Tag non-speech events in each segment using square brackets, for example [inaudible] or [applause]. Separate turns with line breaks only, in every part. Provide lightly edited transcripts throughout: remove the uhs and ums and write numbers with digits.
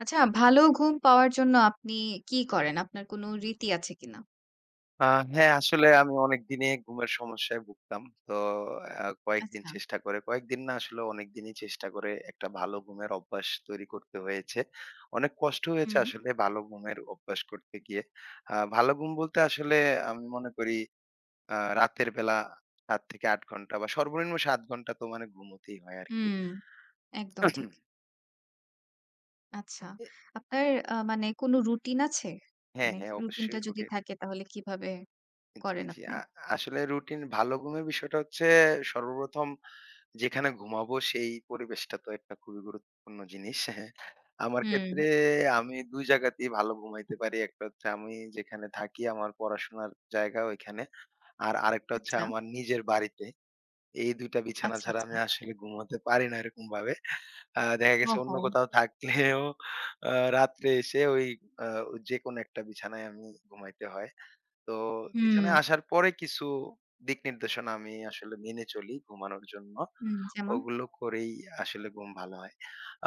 আচ্ছা, ভালো ঘুম পাওয়ার জন্য আপনি কি করেন? আপনার কোনো রীতি আছে কিনা?
আ হ্যাঁ, আসলে আমি অনেকদিনই ঘুমের সমস্যায় ভুগতাম। তো কয়েকদিন
আচ্ছা।
চেষ্টা করে কয়েকদিন না আসলে অনেকদিনই চেষ্টা করে একটা ভালো ঘুমের অভ্যাস তৈরি করতে হয়েছে। অনেক কষ্ট হয়েছে
হুম,
আসলে ভালো ঘুমের অভ্যাস করতে গিয়ে। ভালো ঘুম বলতে আসলে আমি মনে করি রাতের বেলা ৭ থেকে ৮ ঘন্টা বা সর্বনিম্ন ৭ ঘন্টা তো মানে ঘুমোতেই হয় আরকি।
হুম। একদম
এ [clears throat]
ঠিক। আচ্ছা। আপনার মানে কোনো রুটিন আছে?
হ্যাঁ,
মানে
হ্যাঁ, অবশ্যই
রুটিনটা যদি
রুটিন
থাকে তাহলে কিভাবে
জি,
করেন
জি।
আপনি?
আসলে রুটিন ভালো ঘুমের বিষয়টা হচ্ছে সর্বপ্রথম যেখানে ঘুমাবো সেই পরিবেশটা তো একটা খুবই গুরুত্বপূর্ণ জিনিস। হ্যাঁ, আমার
হুম,
ক্ষেত্রে আমি ২ জায়গাতেই ভালো ঘুমাইতে পারি। একটা হচ্ছে আমি যেখানে থাকি আমার পড়াশোনার জায়গা ওইখানে। আর আরেকটা হচ্ছে
আচ্ছা।
আমার নিজের বাড়িতে। এই ২ টা বিছানা
আচ্ছা,
ছাড়া
আচ্ছা।
আমি আসলে ঘুমাতে পারি না এরকমভাবে। দেখা গেছে অন্য
ওহো!
কোথাও থাকলেও আ রাত্রে এসে ওই আ যেকোনো একটা বিছানায় আমি ঘুমাইতে হয়। তো
হুম,
এখানে আসার পরে কিছু দিক নির্দেশনা আমি আসলে মেনে চলি ঘুমানোর জন্য।
হুম। যেমন?
ওগুলো করেই আসলে ঘুম ভালো হয়।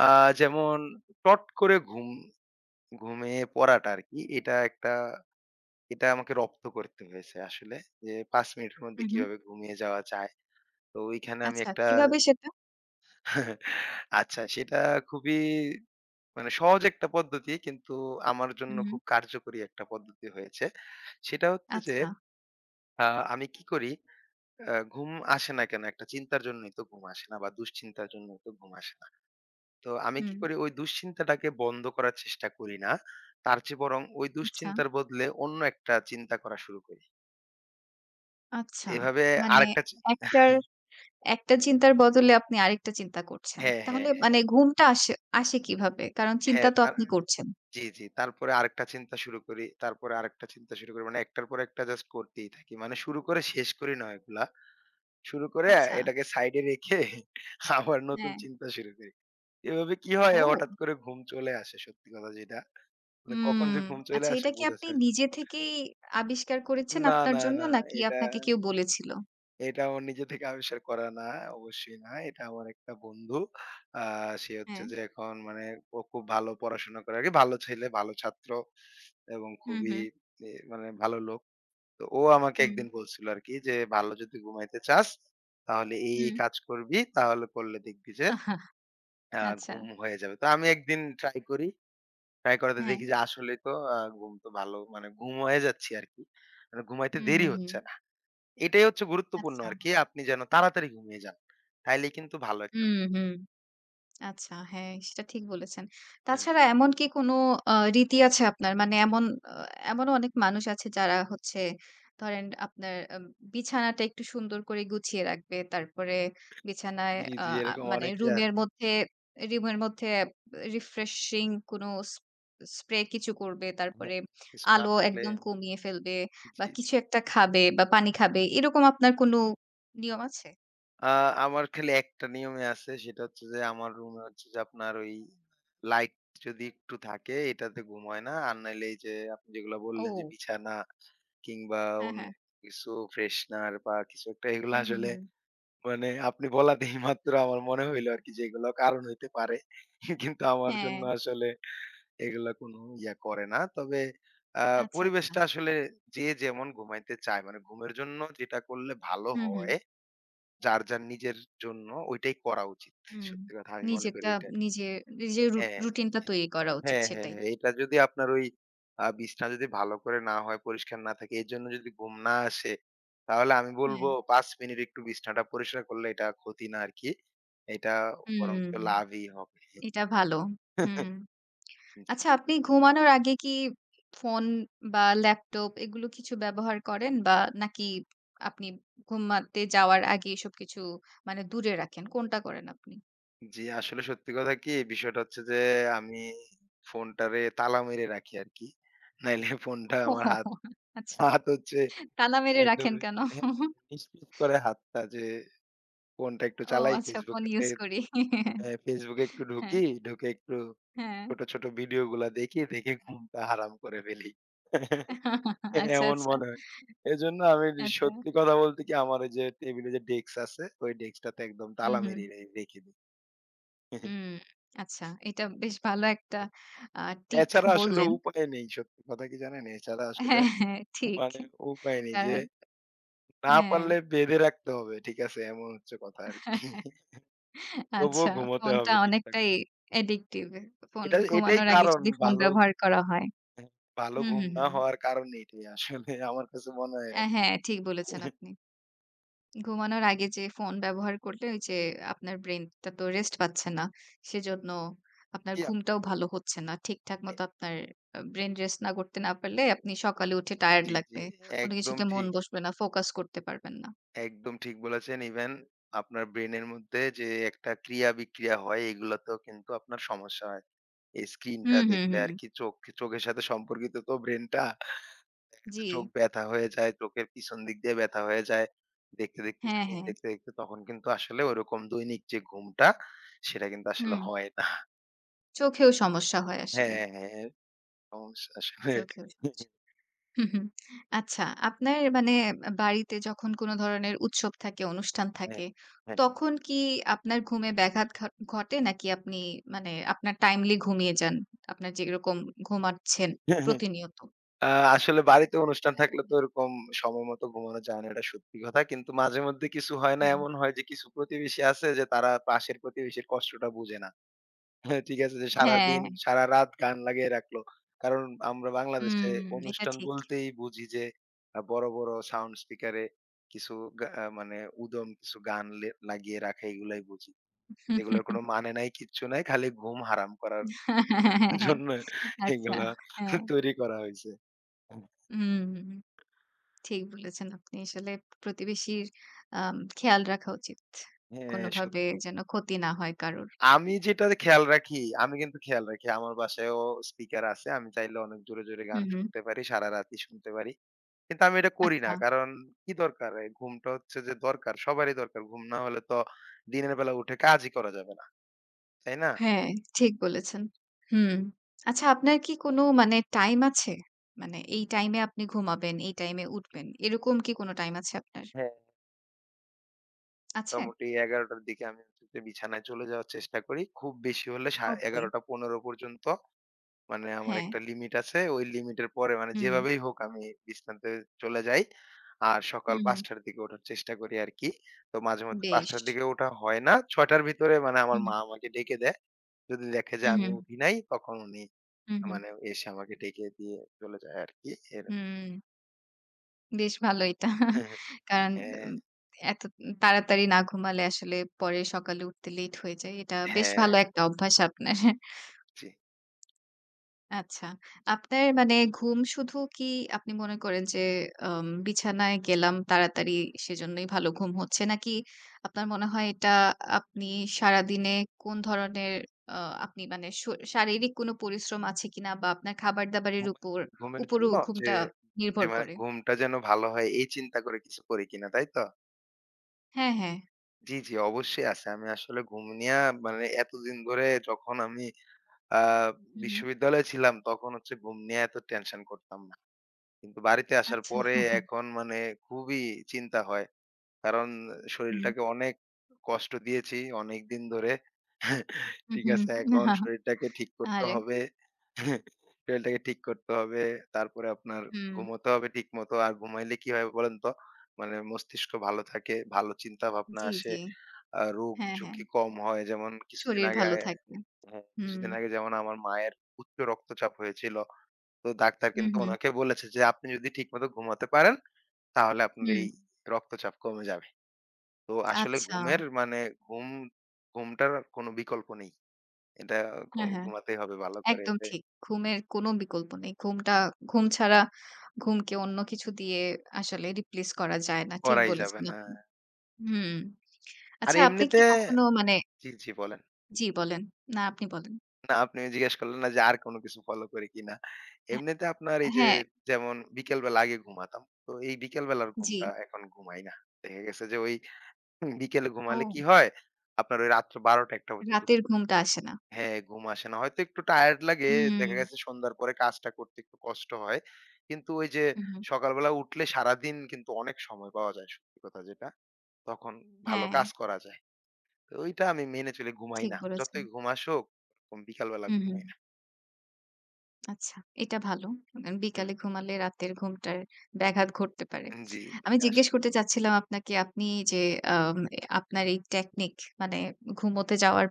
আ যেমন টট করে ঘুমিয়ে পড়াটা আরকি এটা একটা এটা আমাকে রপ্ত করতে হয়েছে আসলে যে ৫ মিনিটের মধ্যে
হু, হুম।
কিভাবে ঘুমিয়ে যাওয়া যায়। তো ওইখানে আমি
আচ্ছা,
একটা
কিভাবে সেটা?
[laughs] আচ্ছা সেটা খুবই মানে সহজ একটা পদ্ধতি কিন্তু আমার
হু,
জন্য
হুম।
খুব কার্যকরী একটা পদ্ধতি হয়েছে। সেটা হচ্ছে যে
আচ্ছা।
আ আমি কি করি ঘুম আসে না কেন? একটা চিন্তার জন্যই তো ঘুম আসে না বা দুশ্চিন্তার জন্যই তো ঘুম আসে না। তো আমি কি
হুম।
করি ওই দুশ্চিন্তাটাকে বন্ধ করার চেষ্টা করি না। তার চেয়ে বরং ওই
আচ্ছা,
দুশ্চিন্তার বদলে অন্য একটা চিন্তা করা শুরু করি।
আচ্ছা।
এভাবে
মানে
আরেকটা
একটার একটা চিন্তার বদলে আপনি আরেকটা চিন্তা করছেন।
হ্যাঁ, হ্যাঁ,
তাহলে
হ্যাঁ,
মানে ঘুমটা আসে আসে কিভাবে? কারণ চিন্তা
হ্যাঁ,
তো
তার
আপনি করছেন।
জি, জি। তারপরে আরেকটা চিন্তা শুরু করি। তারপরে আরেকটা চিন্তা শুরু করি। মানে একটার পর একটা জাস্ট করতেই থাকি। মানে শুরু করে শেষ করি না এগুলা। শুরু করে
আচ্ছা,
এটাকে সাইডে রেখে আবার নতুন
হ্যাঁ।
চিন্তা শুরু করি। এভাবে কি হয়
ও!
হঠাৎ করে ঘুম চলে আসে সত্যি কথা যেটা। মানে কখন
হুম।
যে ঘুম চলে
আচ্ছা
আসে
এটা কি
বোঝা
আপনি
যায় না।
নিজে থেকেই আবিষ্কার করেছেন
না,
আপনার
না,
জন্য
না।
নাকি
এটা,
আপনাকে কেউ বলেছিল?
এটা আমার নিজে থেকে আবিষ্কার করা না, অবশ্যই না। এটা আমার একটা বন্ধু। আ সে হচ্ছে
হ্যাঁ।
যে এখন মানে ও খুব ভালো পড়াশোনা করে আরকি। ভালো ছেলে, ভালো ছাত্র এবং
হুম,
খুবই
হুম,
মানে ভালো লোক। তো ও আমাকে
হুম,
একদিন বলছিল আরকি যে, "ভালো যদি ঘুমাইতে চাস তাহলে এই
হুম।
কাজ করবি। তাহলে করলে দেখবি যে
[laughs]
আ
আচ্ছা।
ঘুম হয়ে যাবে।" তো আমি একদিন ট্রাই করি। ট্রাই করাতে
হ্যাঁ।
দেখি যে আসলেই তো ঘুম তো ভালো মানে ঘুম হয়ে যাচ্ছি আরকি। মানে ঘুমাইতে
হুম,
দেরি
হুম, হুম।
হচ্ছে না। এটাই হচ্ছে গুরুত্বপূর্ণ
আচ্ছা।
আরকি। আপনি যেন তাড়াতাড়ি ঘুমিয়ে যান। তাইলেই কিন্তু ভালো একটা
হুম,
ঘুম
হুম। আচ্ছা হ্যাঁ, সেটা ঠিক বলেছেন।
হ্যাঁ।
তাছাড়া এমন কি কোনো রীতি আছে আপনার? মানে আ এমনও অনেক মানুষ আছে যারা হচ্ছে ধরেন আপনার বিছানাটা একটু সুন্দর করে গুছিয়ে রাখবে। তারপরে বিছানায়
জি,
আ
জি
আ
এরকম
মানে
অনেকেই
রুমের
আছে।
মধ্যে রুমের মধ্যে রিফ্রেশিং কোনো স স্প্রে কিছু করবে।
হ্যাঁ,
তারপরে
কিছু না
আলো
থাকলে
একদম কমিয়ে ফেলবে বা
জি, জি।
কিছু একটা খাবে বা পানি খাবে। এরকম আপনার কোনো নিয়ম আছে?
আ আমার খালি একটা নিয়মে আছে সেটা হচ্ছে যে আমার রুমে হচ্ছে যে আপনার ওই লাইট যদি একটু থাকে এটাতে ঘুম হয় না। আর নাইলে এই যে আপনি যেগুলা বললেন যে
ও!
বিছানা কিংবা
হ্যাঁ,
অন্য
হ্যাঁ।
কিছু ফ্রেশনার বা কিছু একটা এগুলা
হুম, হুম,
আসলে
হুম।
মানে আপনি বলাতেই [laughs] মাত্র আমার মনে হইলো আরকি যে এগুলো কারণ হইতে পারে। [laughs] কিন্তু আমার
হ্যাঁ।
জন্য আসলে এগুলা কোনো ইয়া করে না। তবে আ
আচ্ছা, আচ্ছা।
পরিবেশটা আসলে যে যেমন ঘুমাইতে চায় মানে ঘুমের জন্য যেটা করলে ভালো
হুম, হুম,
হয়, যার, যার নিজের জন্য ঐটাই করা উচিত।
হুম।
সত্যি কথা আমি মনে করি
নিজেরটা
এটা।
নিজে নিজের
হ্যাঁ।
রুটিনটা তৈরি করা উচিত
হ্যাঁ, হ্যাঁ,
সেটাই।
হ্যাঁ। এটা যদি আপনার ওই বিছানা যদি ভালো করে না হয়, পরিষ্কার না থাকে, এর জন্য যদি ঘুম না আসে, তাহলে আমি বলব
হ্যাঁ।
৫ মিনিট একটু বিছানাটা পরিষ্কার করলে এটা ক্ষতি না আরকি। এটা বরঞ্চ
হুম,
লাভই হবে।
এটা ভালো। হুম।
জি,
আচ্ছা আপনি ঘুমানোর আগে কি ফোন বা ল্যাপটপ এগুলো কিছু ব্যবহার করেন বা নাকি আপনি ঘুমাতে যাওয়ার আগে এসব কিছু মানে দূরে রাখেন? কোনটা করেন আপনি?
জি, আসলে সত্যি কথা কি এই বিষয়টা হচ্ছে যে আমি ফোনটারে তালা মেরে রাখি আরকি। নাইলে ফোনটা আমার
ওহহো!
হাত
আচ্ছা।
হাত হচ্ছে
তালা মেরে
একদম
রাখেন কেন?
হ্যাঁ, নিস্তেজ করে হাতটা যে ফোনটা একটু
ও
চালাই
আচ্ছা
Facebook
ফোন
এ,
ইউজ করি।
হ্যাঁ, Facebook এ একটু
হ্যাঁ,
ঢুকি, ঢুকে একটু
হ্যাঁ।
ছোট, ছোট ভিডিও গুলা দেখি, দেখে ঘুমটা হারাম করে ফেলি। [laughs]
আচ্ছা,
এমন
আচ্ছা,
মনে হয়। এজন্য আমি
আচ্ছা।
সত্যি কথা বলতে কি আমার ওই যে টেবিলে যে ডেস্ক আছে, ওই ডেস্কটাতে একদম
হুম,
তালা
হুম।
মেরে রেখে দিই। [laughs]
হুম, আচ্ছা। এটা বেশ ভালো একটা আ টিপ
এছাড়া আসলে
বললেন।
উপায় নেই। সত্যি কথা কি জানেন? এছাড়া আসলে
হ্যাঁ, হ্যাঁ, ঠিক।
মানে উপায় নেই যে
কারণ
না
হ্যাঁ,
পারলে বেঁধে রাখতে হবে। ঠিক আছে? এমন হচ্ছে কথা আরকি।
[laughs]
[laughs] তবুও
আচ্ছা
ঘুমোতে
ফোনটা
হবে ঠিকঠাক।
অনেকটাই অ্যাডিক্টিভ। ফোন
এটাই
ঘুমানোর আগে
কারণ
যদি ফোন
ভালো
ব্যবহার করা হয়।
ভালো
হুম,
ঘুম
হুম,
না
হুম।
হওয়ার কারণ এটাই আসলে আমার কাছে মনে হয় আরকি। জি,
হ্যাঁ, ঠিক বলেছেন
[laughs]
আপনি। ঘুমানোর আগে যে ফোন ব্যবহার করলে ওই যে আপনার ব্রেইনটা তো রেস্ট পাচ্ছে না। সেজন্য আপনার ঘুমটাও ভালো হচ্ছে না। ঠিকঠাক
আপ
মতো আপনার ব্রেইন রেস্ট না করতে না পারলে আপনি সকালে উঠে টায়ার্ড
জি, জি।
লাগবে। কোনো
একদম
কিছুতে মন
ঠিক,
বসবে না, ফোকাস করতে পারবেন না।
একদম ঠিক বলেছেন। ইভেন আপনার ব্রেইনের মধ্যে যে একটা ক্রিয়া-বিক্রিয়া হয় এগুলাতেও কিন্তু আপনার সমস্যা হয়। এই স্ক্রিনটা
হুম, হুম,
দেখলে
হুম।
আরকি চোখের সাথে সম্পর্কিত তো ব্রেইনটা। দেখা যাচ্ছে
জি।
চোখ ব্যথা হয়ে যায়, চোখের পিছন দিক দিয়ে ব্যথা হয়ে যায়। দেখতে, দেখতে
হ্যাঁ,
স্ক্রিন
হ্যাঁ।
দেখতে, দেখতে তখন কিন্তু আসলে ওরকম দৈনিক যে ঘুমটা সেটা কিন্তু আসলে
হুম।
হয় না।
চোখেও সমস্যা হয়
হ্যাঁ,
আসলে।
হ্যাঁ, হ্যাঁ, সমস্যা আসলে।
চোখেও সমস্যা। হুম, হুম। আচ্ছা আপনার মানে বাড়িতে যখন কোন ধরনের উৎসব থাকে, অনুষ্ঠান
হ্যাঁ,
থাকে, তখন কি আপনার ঘুমে ব্যাঘাত ঘটে? নাকি আপনি মানে আপনার টাইমলি ঘুমিয়ে যান? আপনার যেরকম ঘুমাচ্ছেন
হ্যাঁ।
প্রতিনিয়ত?
আ আসলে বাড়িতে অনুষ্ঠান থাকলে তো এরকম সময়মতো ঘুমানো যায় না, এটা সত্যি কথা। কিন্তু মাঝে মধ্যে কিছু হয় না,
হুম।
এমন হয় যে কিছু প্রতিবেশী আছে যে তারা পাশের প্রতিবেশীর কষ্টটা বুঝে না। হ্যাঁ, ঠিক আছে? যে
হ্যাঁ,
সারাদিন, সারারাত গান লাগিয়ে রাখলো। কারণ আমরা
হুম,
বাংলাদেশে
এটা
অনুষ্ঠান
ঠিক।
বলতেই বুঝি যে বড়, বড় সাউন্ড স্পিকারে কিছু গা আ মানে উদম কিছু গান লাগিয়ে রাখা এগুলাই বুঝি।
হ্যাঁ, হ্যাঁ,
এগুলোর
হ্যাঁ।
কোনো মানে নাই, কিচ্ছু নাই। খালি ঘুম হারাম করার
হ্যাঁ।
জন্য
আচ্ছা,
এগুলা
হ্যাঁ।
তৈরি করা হইছে।
হুম, ঠিক বলেছেন আপনি। আসলে প্রতিবেশীর খেয়াল রাখা উচিত।
হ্যাঁ,
কোনভাবে
সত্যি।
যেন ক্ষতি না হয় কারোর।
আমি যেটা খেয়াল রাখি, আমি কিন্তু খেয়াল রাখি আমার বাসায়ও স্পিকার আছে। আমি চাইলে অনেক জোরে, জোরে গান
হুম, হুম।
শুনতে পারি। সারারাতই শুনতে পারি। কিন্তু আমি এটা করি না।
আচ্ছা।
কারণ কি দরকার? এই ঘুমটা হচ্ছে যে দরকার, সবারই দরকার। ঘুম না হলে তো দিনের বেলা উঠে কাজই করা যাবে না। তাই না?
হ্যাঁ, ঠিক বলেছেন। হুম। আচ্ছা আপনার কি কোনো মানে টাইম আছে? মানে এই টাইমে আপনি ঘুমাবেন, এই টাইমে উঠবেন। এরকম কি কোনো টাইম আছে আপনার?
হ্যাঁ।
আছে?
মোটামুটি ১১:০০ র দিকে আমি হচ্ছে যে বিছানায় চলে যাওয়ার চেষ্টা করি। খুব বেশি হলে
ওকে।
১১:১৫ পর্যন্ত। মানে আমার
হ্যাঁ।
একটা লিমিট আছে। ওই লিমিটের পরে মানে
হুম,
যেভাবেই হোক আমি বিছানাতে চলে যাই। আর সকাল
হুম, হুম।
৫:০০ র দিকে ওঠার চেষ্টা করি আরকি। তো মাঝেমধ্যে
বেশ।
৫:০০ র দিকে ওঠা হয় না। ৬:০০ র ভিতরে মানে আমার
হুম,
মা আমাকে ডেকে দেয়। যদি দেখে যে
হুম,
আমি
হুম,
উঠি নাই তখন উনি
হুম, হুম,
মানে এসে আমাকে ডেকে দিয়ে চলে যায় আরকি। এরকম।
হুম। বেশ ভালো এটা।
[laughs] হ্যাঁ,
কারণ
হ্যাঁ,
উম এত তাড়াতাড়ি না ঘুমালে আসলে পরে সকালে উঠতে লেট হয়ে যায়। এটা বেশ
হ্যাঁ,
ভালো একটা অভ্যাস আপনার।
জি।
আচ্ছা। আপনার মানে ঘুম শুধু কি আপনি মনে করেন যে বিছানায় গেলাম তাড়াতাড়ি সেজন্যই ভালো ঘুম হচ্ছে? নাকি আপনার মনে হয় এটা আপনি সারাদিনে কোন ধরনের আ আপনি মানে শারীরিক কোনো পরিশ্রম আছে কিনা বা আপনার খাবার-দাবারের
ঘুমের
উপর
ঘুমের
উপরও
জন্য যে,
ঘুমটা
যে
নির্ভর
মানে
করে?
ঘুমটা যেন ভালো হয় এই চিন্তা করে কিছু করি কিনা, তাই তো?
হ্যাঁ, হ্যাঁ।
জি, জি, অবশ্যই আছে। আমি আসলে ঘুম নিয়া মানে এতদিন ধরে যখন আমি আ
হুম, হুম।
বিশ্ববিদ্যালয়ে ছিলাম তখন হচ্ছে ঘুম নিয়ে এত টেনশন করতাম না। কিন্তু বাড়িতে আসার পরে
আচ্ছা।
এখন মানে খুবই চিন্তা হয়। কারণ
হুম,
শরীরটাকে অনেক কষ্ট দিয়েছি অনেকদিন ধরে। [laughs]
হুম,
ঠিক
হুম।
আছে? এখন শরীরটাকে ঠিক করতে
আরে!
হবে। [laughs] শরীরটাকে ঠিক করতে হবে। তারপরে আপনার
হুম।
ঘুমোতে হবে ঠিকমতো। আর ঘুমাইলে কি হয় বলেন তো? মানে মস্তিষ্ক ভালো থাকে, ভালো চিন্তা ভাবনা
জি,
আসে।
জি।
রোগ
হ্যাঁ, হ্যাঁ।
ঝুঁকি কম হয়। যেমন কিছুদিন
শরীর
আগে
ভালো
হ্যাঁ,
থাকে। হুম।
কিছুদিন আগে যেমন আমার মায়ের উচ্চ রক্তচাপ হয়েছিল। তো ডাক্তার
হুম,
কিন্তু
হুম।
উনাকে বলেছে যে, "আপনি যদি ঠিকমতো ঘুমাতে পারেন তাহলে আপনার
হুম।
এই রক্তচাপ কমে যাবে।" তো আসলে
আচ্ছা।
ঘুমের মানে ঘুম ঘুমটার কোনো বিকল্প নেই। এটা
হ্যাঁ, হ্যাঁ।
ঘুমাতেই হবে ভালো করে।
একদম
এতে
ঠিক। ঘুমের কোনো বিকল্প নেই। ঘুমটা ঘুম ছাড়া ঘুমকে অন্য কিছু দিয়ে আসলে রিপ্লেস করা যায় না। ঠিক
করাই যাবে
বলেছেন
না।
আপনি। হুম।
আর
আচ্ছা আপনি কি
এমনিতে
কখনো মানে
জি, জি বলেন।
জি বলেন। না আপনি বলেন।
না, আপনি জিজ্ঞেস করলেন না যে আর কোনো কিছু ফলো করি কিনা।
হ্যাঁ,
এমনিতে আপনার এই যে
হ্যাঁ,
যেমন বিকেলবেলা আগে ঘুমাতাম। তো এই বিকেলবেলার
জি।
ঘুমটা এখন ঘুমাই না। দেখা গেছে যে ওই বিকেলে ঘুমালে
ও
কি হয়? আপনার ওই রাত্র ১২:০০-১:০০ পর্যন্ত
রাতের ঘুমটা আসে না।
হ্যাঁ, ঘুম আসে না। হয়তো একটু টায়ার্ড লাগে।
হুম,
দেখা গেছে সন্ধ্যার পরে কাজটা করতে একটু কষ্ট হয়। কিন্তু ওই যে
হুম, হুম।
সকালবেলা উঠলে সারাদিন কিন্তু অনেক সময় পাওয়া যায় সত্যি কথা যেটা। তখন ভালো
হ্যাঁ,
কাজ করা যায়। তো ওইটা আমি মেনে চলি ঘুমাই
ঠিক
না।
বলেছেন।
যতই ঘুম আসুক, বিকালবেলা
হুম, হুম।
ঘুমাই না।
আচ্ছা, এটা ভালো। কারণ
হুম।
বিকালে ঘুমালে রাতের ঘুমটার ব্যাঘাত ঘটতে পারে।
জি, জি।
আমি জিজ্ঞেস
আসলে
করতে চাচ্ছিলাম আপনাকে, আপনি যে আম আপনার এই টেকনিক মানে ঘুমোতে যাওয়ার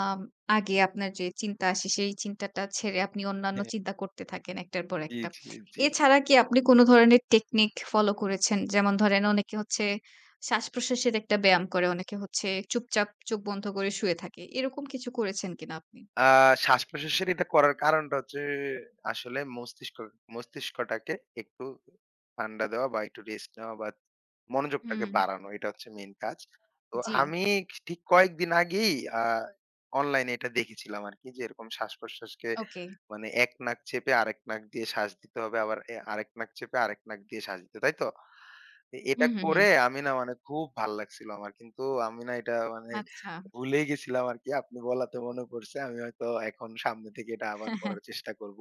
আম আগে আপনার যে চিন্তা আসে, সেই চিন্তাটা ছেড়ে আপনি অন্যান্য চিন্তা করতে থাকেন একটার পর
জি,
একটা।
জি, জি।
এছাড়া কি আপনি কোন ধরনের টেকনিক ফলো করেছেন? যেমন ধরেন অনেকে হচ্ছে শ্বাস-প্রশ্বাসের একটা ব্যায়াম করে, অনেকে হচ্ছে চুপচাপ চোখ বন্ধ করে শুয়ে থাকে। এরকম কিছু করেছেন কিনা আপনি?
আ শ্বাসপ্রশ্বাসের এটা করার কারণটা হচ্ছে আসলে মস্তিষ্কটাকে একটু ঠান্ডা দেওয়া বা একটু রেস্ট নেওয়া বা মনোযোগটাকে
হুম।
বাড়ানো। এটা হচ্ছে মেইন কাজ। তো
জি,
আমি ঠিক কয়েকদিন আগেই আ অনলাইনে এটা দেখেছিলাম আরকি যে এরকম শ্বাস-প্রশ্বাসকে
ওকে।
মানে এক নাক চেপে আরেক নাক দিয়ে শ্বাস দিতে হবে। আবার আরেক নাক চেপে আরেক নাক দিয়ে শ্বাস দিতে হবে। তাই তো? এটা
হুম, হুম,
করে
হুম।
আমি না মানে খুব ভাল লাগছিল আমার। কিন্তু আমি না এটা মানে
আচ্ছা।
ভুলেই গেছিলাম আরকি। আপনি বলাতে মনে পড়ছে। আমি হয়তো এখন সামনে থেকে এটা আবার করার
[laughs]
চেষ্টা করব।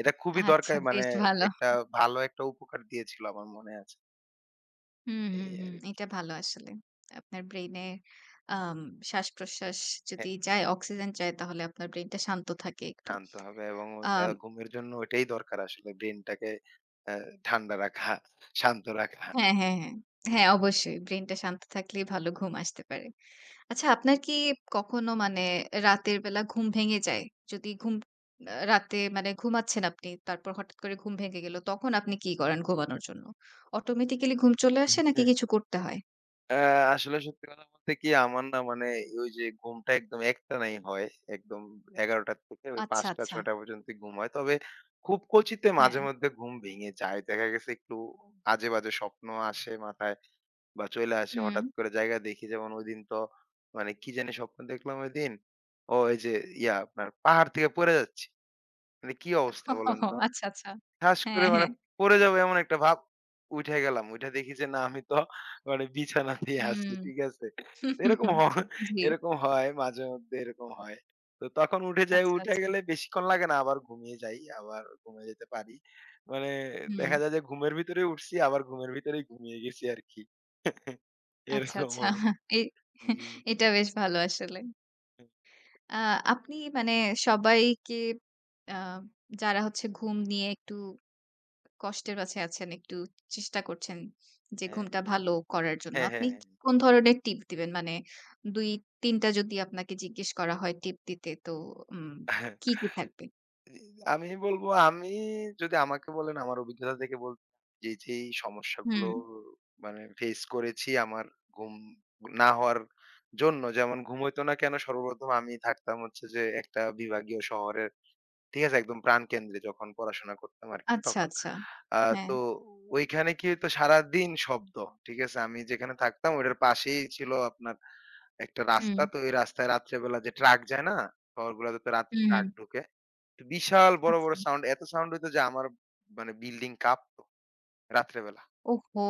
এটা খুবই
আচ্ছা
দরকার মানে
বেশ ভালো।
একটা ভালো একটা উপকার দিয়েছিল আমার মনে আছে।
হুম, হুম,
এই
হুম।
আরকি।
এটা ভালো আসলে। আপনার ব্রেইনে আম শ্বাস-প্রশ্বাস
হ্যাঁ,
যদি যায়, অক্সিজেন যায় তাহলে আপনার ব্রেইনটা শান্ত থাকে একটু।
আনতে হবে এবং ওইটা
আম
ঘুমের জন্য ওইটাই দরকার আসলে ব্রেইনটাকে অ্যা ঠান্ডা রাখা, শান্ত রাখা।
হ্যাঁ, হ্যাঁ, হ্যাঁ। হ্যাঁ, অবশ্যই। ব্রেইনটা শান্ত থাকলেই ভালো ঘুম আসতে পারে। আচ্ছা আপনার কি কখনো মানে রাতের বেলা ঘুম ভেঙে যায়? যদি ঘুম আ রাতে মানে ঘুমাচ্ছেন আপনি, তারপর হঠাৎ করে ঘুম ভেঙে গেল, তখন আপনি কি করেন ঘুমানোর জন্য? অটোমেটিক্যালি ঘুম চলে আসে নাকি কিছু করতে হয়?
অ্যা আসলে সত্যি কথা বলতে কি আমার না মানে ওই যে ঘুমটা একদম একটানাই হয়। একদম ১১টা থেকে ওই
আচ্ছা, আচ্ছা।
৫টা-৬টা পর্যন্ত ঘুম হয়। তবে খুব ক্বচিতে মাঝে
হ্যাঁ।
মধ্যে ঘুম ভেঙে যায়। দেখা গেছে একটু আজে-বাজে স্বপ্ন আসে মাথায় বা চইলা আসে
হুম।
হঠাৎ করে জায়গা দেখি যেমন ওইদিন তো মানে কি জানি স্বপ্ন দেখলাম ওইদিন। ও এই যে ইয়া আপনার পাহাড় থেকে পড়ে যাচ্ছি। মানে কি অবস্থা বলেন
ওহোহো,
তো?
আচ্ছা, আচ্ছা।
ঠাস করে
হ্যাঁ,
মানে
হ্যাঁ।
পড়ে যাবো এমন একটা ভাব উইঠা গেলাম। উইঠা দেখি যে না আমি তো মানে বিছানাতেই আছি।
হুম।
ঠিক আছে? তো
জি।
এরকম হয় মাঝেমধ্যে এরকম হয়। তো তখন উঠে যাই,
আচ্ছা,
উঠে
আচ্ছা।
গেলে বেশিক্ষণ লাগে না। আবার ঘুমিয়ে যাই। আবার ঘুমিয়ে যেতে পারি। মানে
হুম।
দেখা যায় যে ঘুমের ভিতরে উঠছি আবার ঘুমের ভিতরেই ঘুমিয়ে গেছি আরকি। [laughs]
আচ্ছা,
এরকম
আচ্ছা।
হয়।
এই
জি।
এটা বেশ ভালো আসলে। আ আপনি মানে সবাইকে আ যারা হচ্ছে ঘুম নিয়ে একটু কষ্টের কাছে আছেন, একটু চেষ্টা করছেন যে
হ্যাঁ।
ঘুমটা ভালো করার জন্য।
হ্যাঁ, হ্যাঁ,
আপনি
হ্যাঁ।
কোন ধরনের টিপ দিবেন? মানে ২-৩ টা যদি আপনাকে জিজ্ঞেস করা হয় টিপ দিতে তো উম
হ্যাঁ।
কি থাকবে?
আমি বলবো আমি যদি আমাকে বলেন আমার অভিজ্ঞতা থেকে বলতে যে যেই সমস্যাগুলো
হুম।
মানে ফেস করেছি আমার ঘুম না হওয়ার জন্য যেমন ঘুম হইতো না কেন সর্বপ্রথম আমি থাকতাম হচ্ছে যে একটা বিভাগীয় শহরের ঠিক আছে একদম প্রাণকেন্দ্রে যখন পড়াশোনা করতাম আর কি
আচ্ছা,
তখন
আচ্ছা। হ্যাঁ।
তো ওইখানে কি হতো সারাদিন শব্দ ঠিক আছে আমি যেখানে থাকতাম ওটার পাশেই ছিল আপনার একটা
হুম,
রাস্তা তো ওই রাস্তায় রাত্রেবেলা যে ট্রাক যায় না শহরগুলোতে তো রাত্রে
হুম,
ট্রাক
হুম।
ঢুকে বিশাল বড়,
আচ্ছা।
বড় সাউন্ড। এত সাউন্ড হইতো যে আমার মানে বিল্ডিং কাঁপতো রাত্রেবেলা।
ওহো!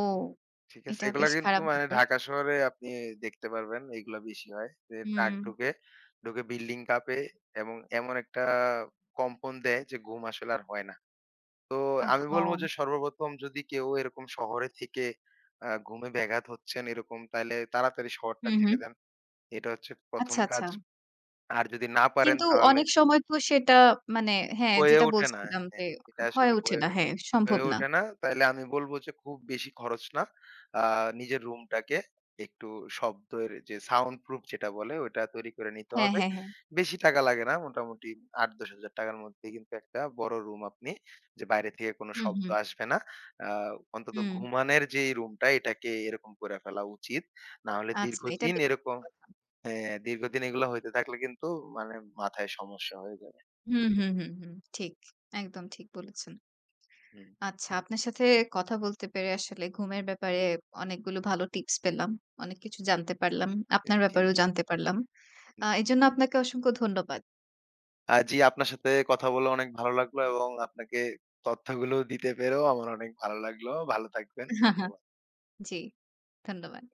ঠিক আছে?
এটা
এগুলা
বেশ
কিন্তু
খারাপ
মানে
ব্যাপার।
ঢাকা শহরে আপনি দেখতে পারবেন। এগুলা বেশি হয়। যে ট্রাক
হুম।
ঢুকে বিল্ডিং কাঁপে এবং এমন একটা কম্পন দেয় যে ঘুম আসলে আর হয় না। তো আমি
আহহো!
বলব যে সর্বপ্রথম যদি কেউ এরকম শহরে থেকে ঘুমে ব্যাঘাত হচ্ছেন এরকম তাইলে তাড়াতাড়ি শহরটা
হুম,
ছেড়ে
হুম।
দেন। এটা হচ্ছে প্রথম
আচ্ছা, আচ্ছা।
কাজ। আর যদি না পারেন
কিন্তু
তাহলে
অনেক সময় তো সেটা মানে হ্যাঁ,
হয়ে
যেটা
ওঠে না।
বলছিলাম
হ্যাঁ,
যে
এটা
হয়ে
আসলে
ওঠে
হয়ে
না। হ্যাঁ, সম্ভব
হয়ে
না।
ওঠে না। তাইলে আমি বলবো যে খুব বেশি খরচ না। আ নিজের রুমটাকে একটু শব্দের যে সাউন্ড প্রুফ যেটা বলে ওটা তৈরি করে নিতে
হ্যাঁ,
হবে।
হ্যাঁ, হ্যাঁ।
বেশি টাকা লাগে না। মোটামুটি ৳৮-১০,000 র মধ্যে কিন্তু একটা বড় রুম আপনি যে বাইরে থেকে কোনো
হুম,
শব্দ
হুম,
আসবে না। আ অন্তত
হুম।
ঘুমানোর যেই রুমটা এটাকে এরকম করে ফেলা উচিত। না হলে
আচ্ছা, এটা
দীর্ঘদিন
বেশ ভালো
এরকম
কথা।
হ্যাঁ, দীর্ঘদিন এগুলো হইতে থাকলে কিন্তু মানে মাথায় সমস্যা হয়ে যাবে।
হুম, হুম, হুম, হুম। ঠিক। একদম ঠিক বলেছেন।
হুম।
আচ্ছা, আপনার সাথে কথা বলতে পেরে আসলে ঘুমের ব্যাপারে অনেকগুলো ভালো টিপস পেলাম। অনেক কিছু জানতে পারলাম। আপনার
জি, জি।
ব্যাপারেও জানতে পারলাম। এজন্য আপনাকে অসংখ্য ধন্যবাদ।
জি, আপনার সাথে কথা বলে অনেক ভালো লাগলো এবং আপনাকে তথ্যগুলো দিতে পেরেও আমার অনেক ভালো লাগলো। ভালো থাকবেন।
[laughs]
ধন্যবাদ।
জি, ধন্যবাদ।